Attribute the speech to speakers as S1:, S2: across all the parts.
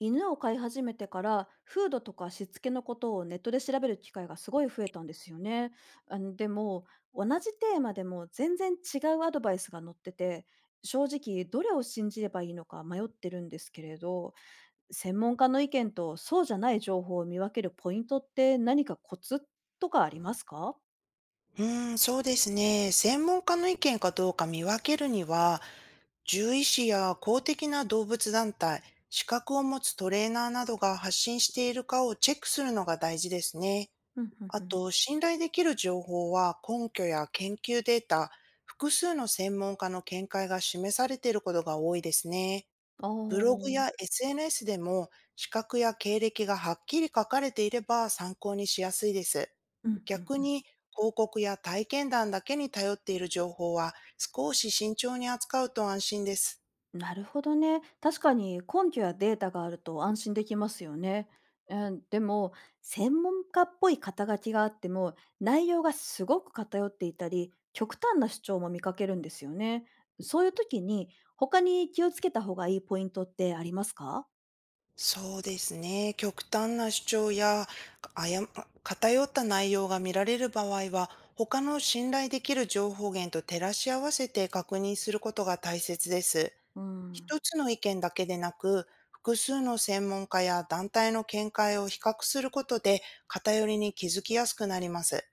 S1: 犬を飼い始めてからフードとかしつけのことをネットで調べる機会がすごい増えたんですよね。でも同じテーマでも全然違うアドバイスが載ってて、正直どれを信じればいいのか迷ってるんですけれど、専門家の意見とそうじゃない情報を見分けるポイントって何かコツとかありますか？
S2: うーん、そうですね。専門家の意見かどうか見分けるには、獣医師や公的な動物団体、資格を持つトレーナーなどが発信しているかをチェックするのが大事ですね。
S1: うんうん
S2: あ
S1: うん。
S2: と、信頼できる情報は根拠や研究データ、複数の専門家の見解が示されていることが多いですね。
S1: あ
S2: ブログ
S1: あ。
S2: や SNS でも資格や経歴がはっきり書かれていれば参考にしやすいです。
S1: うんうん
S2: 逆
S1: うん。
S2: に、広告や体験談だけに頼っている情報は少し慎重に扱うと安心です。
S1: なるほどね。確かに根拠やデータがあると安心できますよね。でも、専門家っぽい肩書きがあっても、内容がすごく偏っていたり、極端な主張も見かけるんですよね。そういう時に、他に気をつけた方がいいポイントってありますか？
S2: そうですね。極端な主張や偏った内容が見られる場合は、他の信頼できる情報源と照らし合わせて確認することが大切です。
S1: うん。
S2: 一つの意見だけでなく、複数の専門家や団体の見解を比較することで偏りに気づきやすくなります。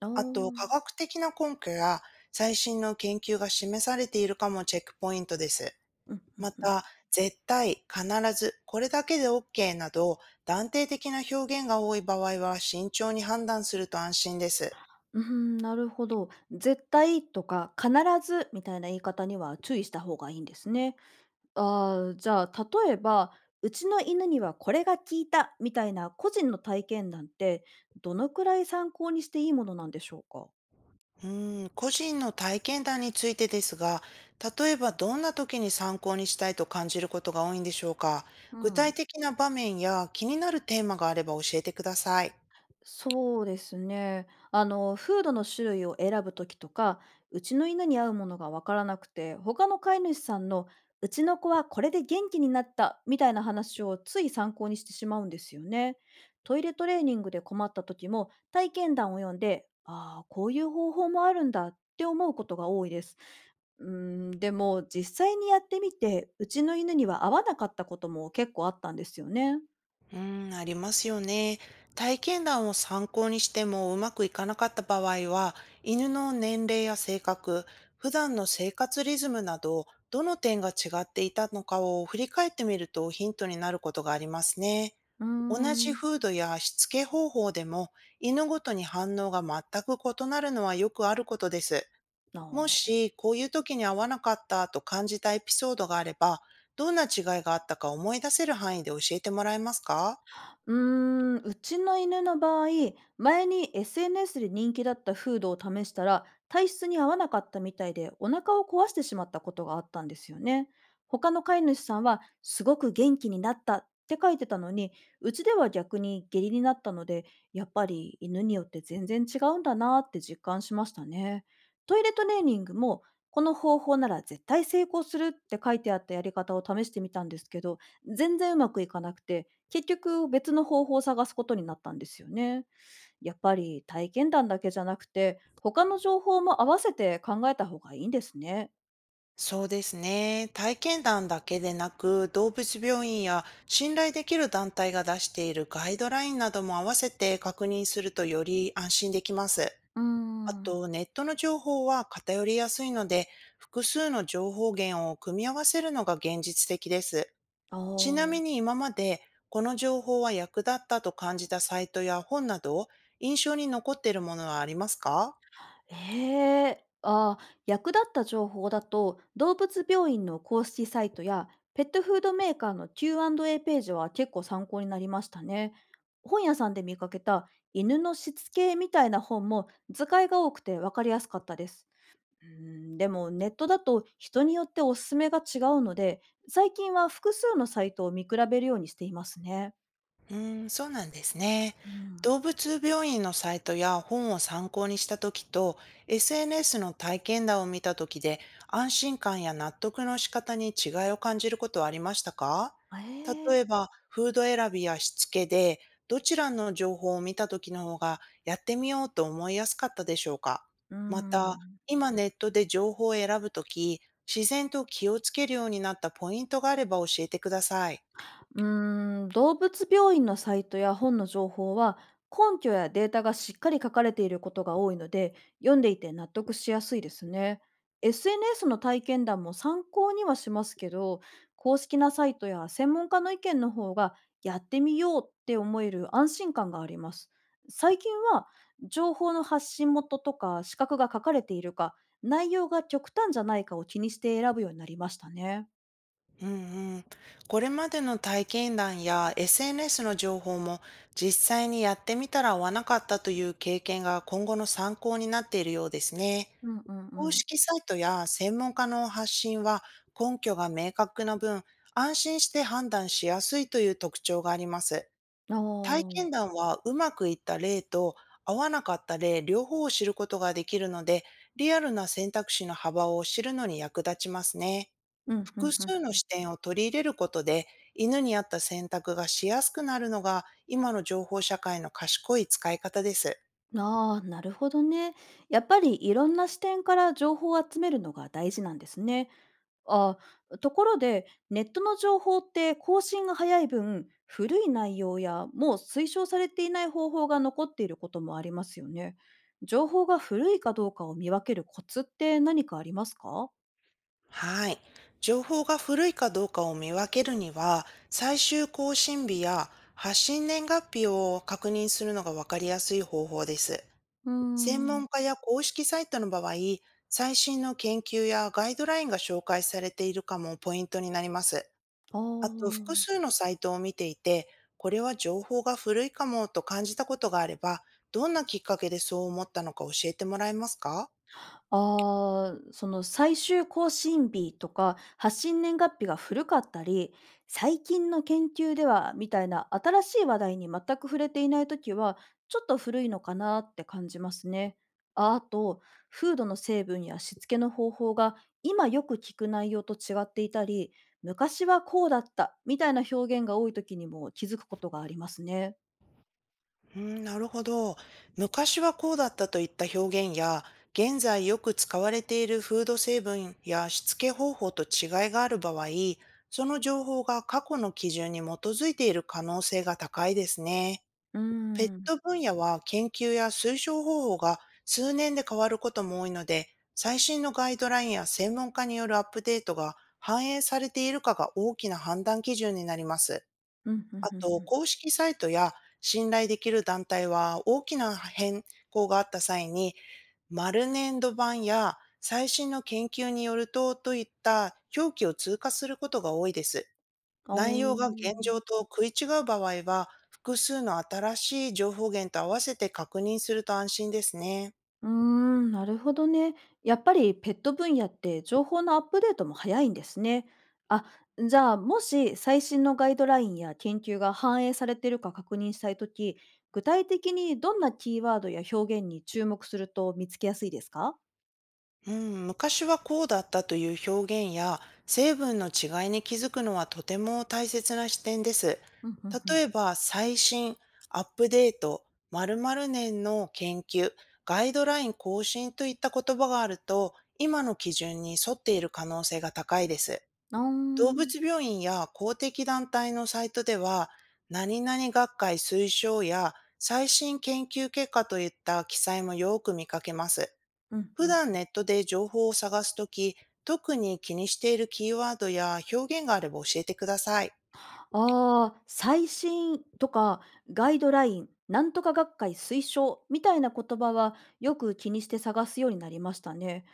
S1: あー
S2: あと、科
S1: う
S2: 学的な根拠や最新の研究が示されているかもチェックポイントです。
S1: んうん
S2: ま
S1: うん。
S2: た、絶対、必ず、これだけで OK など、断定的な表現が多い場合は慎重に判断すると安心です。
S1: うん、なるほど。絶対とか必ずみたいな言い方には注意した方がいいんですね。ああ、じゃあ、例えば、うちの犬にはこれが効いたみたいな個人の体験談って、どのくらい参考にしていいものなんでしょうか？
S2: うーん、個人の体験談についてですが、例えばどんな時に参考にしたいと感じることが多いんでしょうか？
S1: う
S2: 具体
S1: ん。
S2: 的な場面や気になるテーマがあれば教えてください。
S1: そうですね。あの、フードの種類を選ぶときとか、うちの犬に合うものがわからなくて、他の飼い主さんの、うちの子はこれで元気になったみたいな話をつい参考にしてしまうんですよね。トイレトレーニングで困ったときも、体験談を読んで、ああ、こういう方法もあるんだって思うことが多いです。うん、でも実際にやってみて、うちの犬には合わなかったことも結構あったんですよね。
S2: うーん、ありますよね。体験談を参考にしてもうまくいかなかった場合は、犬の年齢や性格、普段の生活リズムなど、どの点が違っていたのかを振り返ってみるとヒントになることがありますね。
S1: うー
S2: 同じ
S1: ん。
S2: 風土やしつけ方法でも、犬ごとに反応が全く異なるのはよくあることです。も
S1: ああ。
S2: し、こういう時に合わなかったと感じたエピソードがあれば、どんな違いがあったか思い出せる範囲で教えてもらえますか？
S1: うーん、うちの犬の場合、前に SNS で人気だったフードを試したら、体質に合わなかったみたいで、お腹を壊してしまったことがあったんですよね。他の飼い主さんは、すごく元気になったって書いてたのに、うちでは逆に下痢になったので、やっぱり犬によって全然違うんだなって実感しましたね。トイレトレーニングも、この方法なら絶対成功するって書いてあったやり方を試してみたんですけど、全然うまくいかなくて、結局別の方法を探すことになったんですよね。やっぱり体験談だけじゃなくて、他の情報も合わせて考えた方がいいんですね。
S2: そうですね。体験談だけでなく、動物病院や信頼できる団体が出しているガイドラインなども合わせて確認するとより安心できます。
S1: うー
S2: あ
S1: ん。
S2: と、ネットの情報は偏りやすいので、複数の情報源を組み合わせるのが現実的です。
S1: あ
S2: ちな
S1: あ。
S2: みに今まで、この情報は役立ったと感じたサイトや本など、印象に残っているものはありますか？
S1: ええ。ああ、役立った情報だと、動物病院の公式サイトや、ペットフードメーカーの Q&A ページは結構参考になりましたね。本屋さんで見かけた犬のしつけみたいな本も図解が多くて分かりやすかったです。うーん、でもネットだと人によっておすすめが違うので、最近は複数のサイトを見比べるようにしていますね。
S2: うーん、そうなんですね。
S1: うん。
S2: 動物病院のサイトや本を参考にした時と SNS の体験談を見た時で、安心感や納得の仕方に違いを感じることはありましたか？
S1: ええ
S2: 例えばフード選びやしつけで、どちらの情報を見た時の方がやってみようと思いやすかったでしょうか？
S1: うー
S2: また、
S1: ん。
S2: 今ネットで情報を選ぶ時、自然と気をつけるようになったポイントがあれば教えてください。
S1: うーん、動物病院のサイトや本の情報は根拠やデータがしっかり書かれていることが多いので、読んでいて納得しやすいですね。SNS の体験談も参考にはしますけど、公式なサイトや専門家の意見の方が、やってみようって思える安心感があります。最近は情報の発信元とか資格が書かれているか、内容が極端じゃないかを気にして選ぶようになりましたね。
S2: うんうん、これまでの体験談や SNS の情報も実際にやってみたら合わなかったという経験が今後の参考になっているようですね。
S1: うんうんう
S2: 公
S1: ん。
S2: 式サイトや専門家の発信は根拠が明確な分、安心して判断しやすいという特徴があります。
S1: あ
S2: 体
S1: あ。
S2: 験談はうまくいった例と合わなかった例両方を知ることができるので、リアルな選択肢の幅を知るのに役立ちますね。
S1: うん、う
S2: 複
S1: んうん。
S2: 数の視点を取り入れることで、犬に合った選択がしやすくなるのが今の情報社会の賢い使い方です。
S1: ああ、なるほどね。やっぱりいろんな視点から情報を集めるのが大事なんですね。ああ、ところで、ネットの情報って更新が早い分、古い内容やもう推奨されていない方法が残っていることもありますよね。情報が古いかどうかを見分けるコツって何かありますか？
S2: はい。情報が古いかどうかを見分けるには、最終更新日や発信年月日を確認するのがわかりやすい方法です。
S1: うー
S2: 専
S1: ん。
S2: 門家や公式サイトの場合、最新の研究やガイドラインが紹介されているかもポイントになります。
S1: あ
S2: あと、複
S1: あ。
S2: 数のサイトを見ていて、これは情報が古いかもと感じたことがあれば、どんなきっかけでそう思ったのか教えてもらえますか？
S1: ああ、その最終更新日とか発信年月日が古かったり、最近の研究ではみたいな新しい話題に全く触れていないときは、ちょっと古いのかなって感じますね。ああと、フードの成分やしつけの方法が今よく聞く内容と違っていたり、昔はこうだったみたいな表現が多いときにも気づくことがありますね。
S2: うん、なるほど。昔はこうだったといった表現や、現在よく使われているフード成分やしつけ方法と違いがある場合、その情報が過去の基準に基づいている可能性が高いですね。
S1: うー
S2: ペット
S1: ん。
S2: 分野は研究や推奨方法が数年で変わることも多いので、最新のガイドラインや専門家によるアップデートが反映されているかが大きな判断基準になります。
S1: うん、うん
S2: あ
S1: うん
S2: と、
S1: うん。
S2: 公式サイトや信頼できる団体は大きな変更があった際に、丸年度版や最新の研究によるとといった表記を通過することが多いです。
S1: ああ。
S2: 内容が現状と食い違う場合は、複数の新しい情報源と合わせて確認すると安心ですね。
S1: うーん、なるほどね。やっぱりペット分野って情報のアップデートも早いんですね。あ、じゃあもし最新のガイドラインや研究が反映されているか確認したいとき、具体的にどんなキーワードや表現に注目すると見つけやすいですか？
S2: うん、昔はこうだったという表現や成分の違いに気づくのはとても大切な視点です。
S1: うんうんう
S2: 例
S1: ん。
S2: えば最新、アップデート、〇〇年の研究、ガイドライン更新といった言葉があると今の基準に沿っている可能性が高いです。
S1: あー
S2: 動
S1: ん。
S2: 物病院や公的団体のサイトでは、何々学会推奨や最新研究結果といった記載もよく見かけます。
S1: うん
S2: 普
S1: うん。
S2: 段ネットで情報を探すとき、特に気にしているキーワードや表現があれば教えてください。
S1: ああ、最新とかガイドライン、なんとか学会推奨みたいな言葉はよく気にして探すようになりましたね。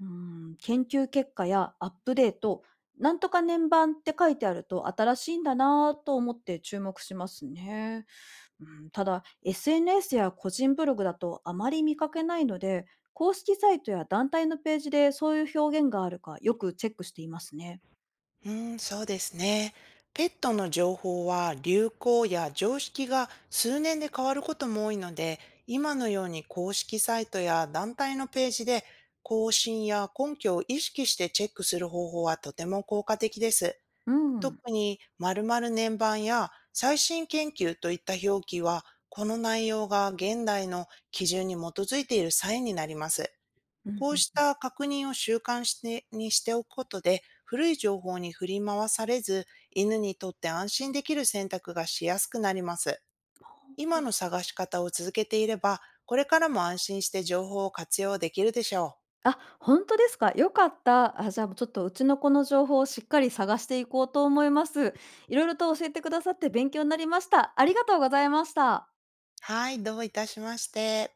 S1: うん、研究結果やアップデート、なんとか年版って書いてあると新しいんだなぁと思って注目しますね。うん、ただ、SNS や個人ブログだとあまり見かけないので、公式サイトや団体のページでそういう表現があるかよくチェックしていますね。
S2: うーん、そうですね。ペットの情報は流行や常識が数年で変わることも多いので、今のように公式サイトや団体のページで更新や根拠を意識してチェックする方法はとても効果的です。
S1: うん。
S2: 特に〇〇年版や最新研究といった表記は、この内容が現代の基準に基づいているサインになります。
S1: うん
S2: こ
S1: う
S2: うし
S1: ん。
S2: た確認を習慣してにしておくことで、古い情報に振り回されず、犬にとって安心できる選択がしやすくなります。今の探し方を続けていれば、これからも安心して情報を活用できるでしょう。
S1: あ、本当ですか。良かった。あ、じゃあ、もうちょっとうちの子の情報をしっかり探していこうと思います。いろいろと教えてくださって勉強になりました。ありがとうございました。
S2: はい、どういたしまして。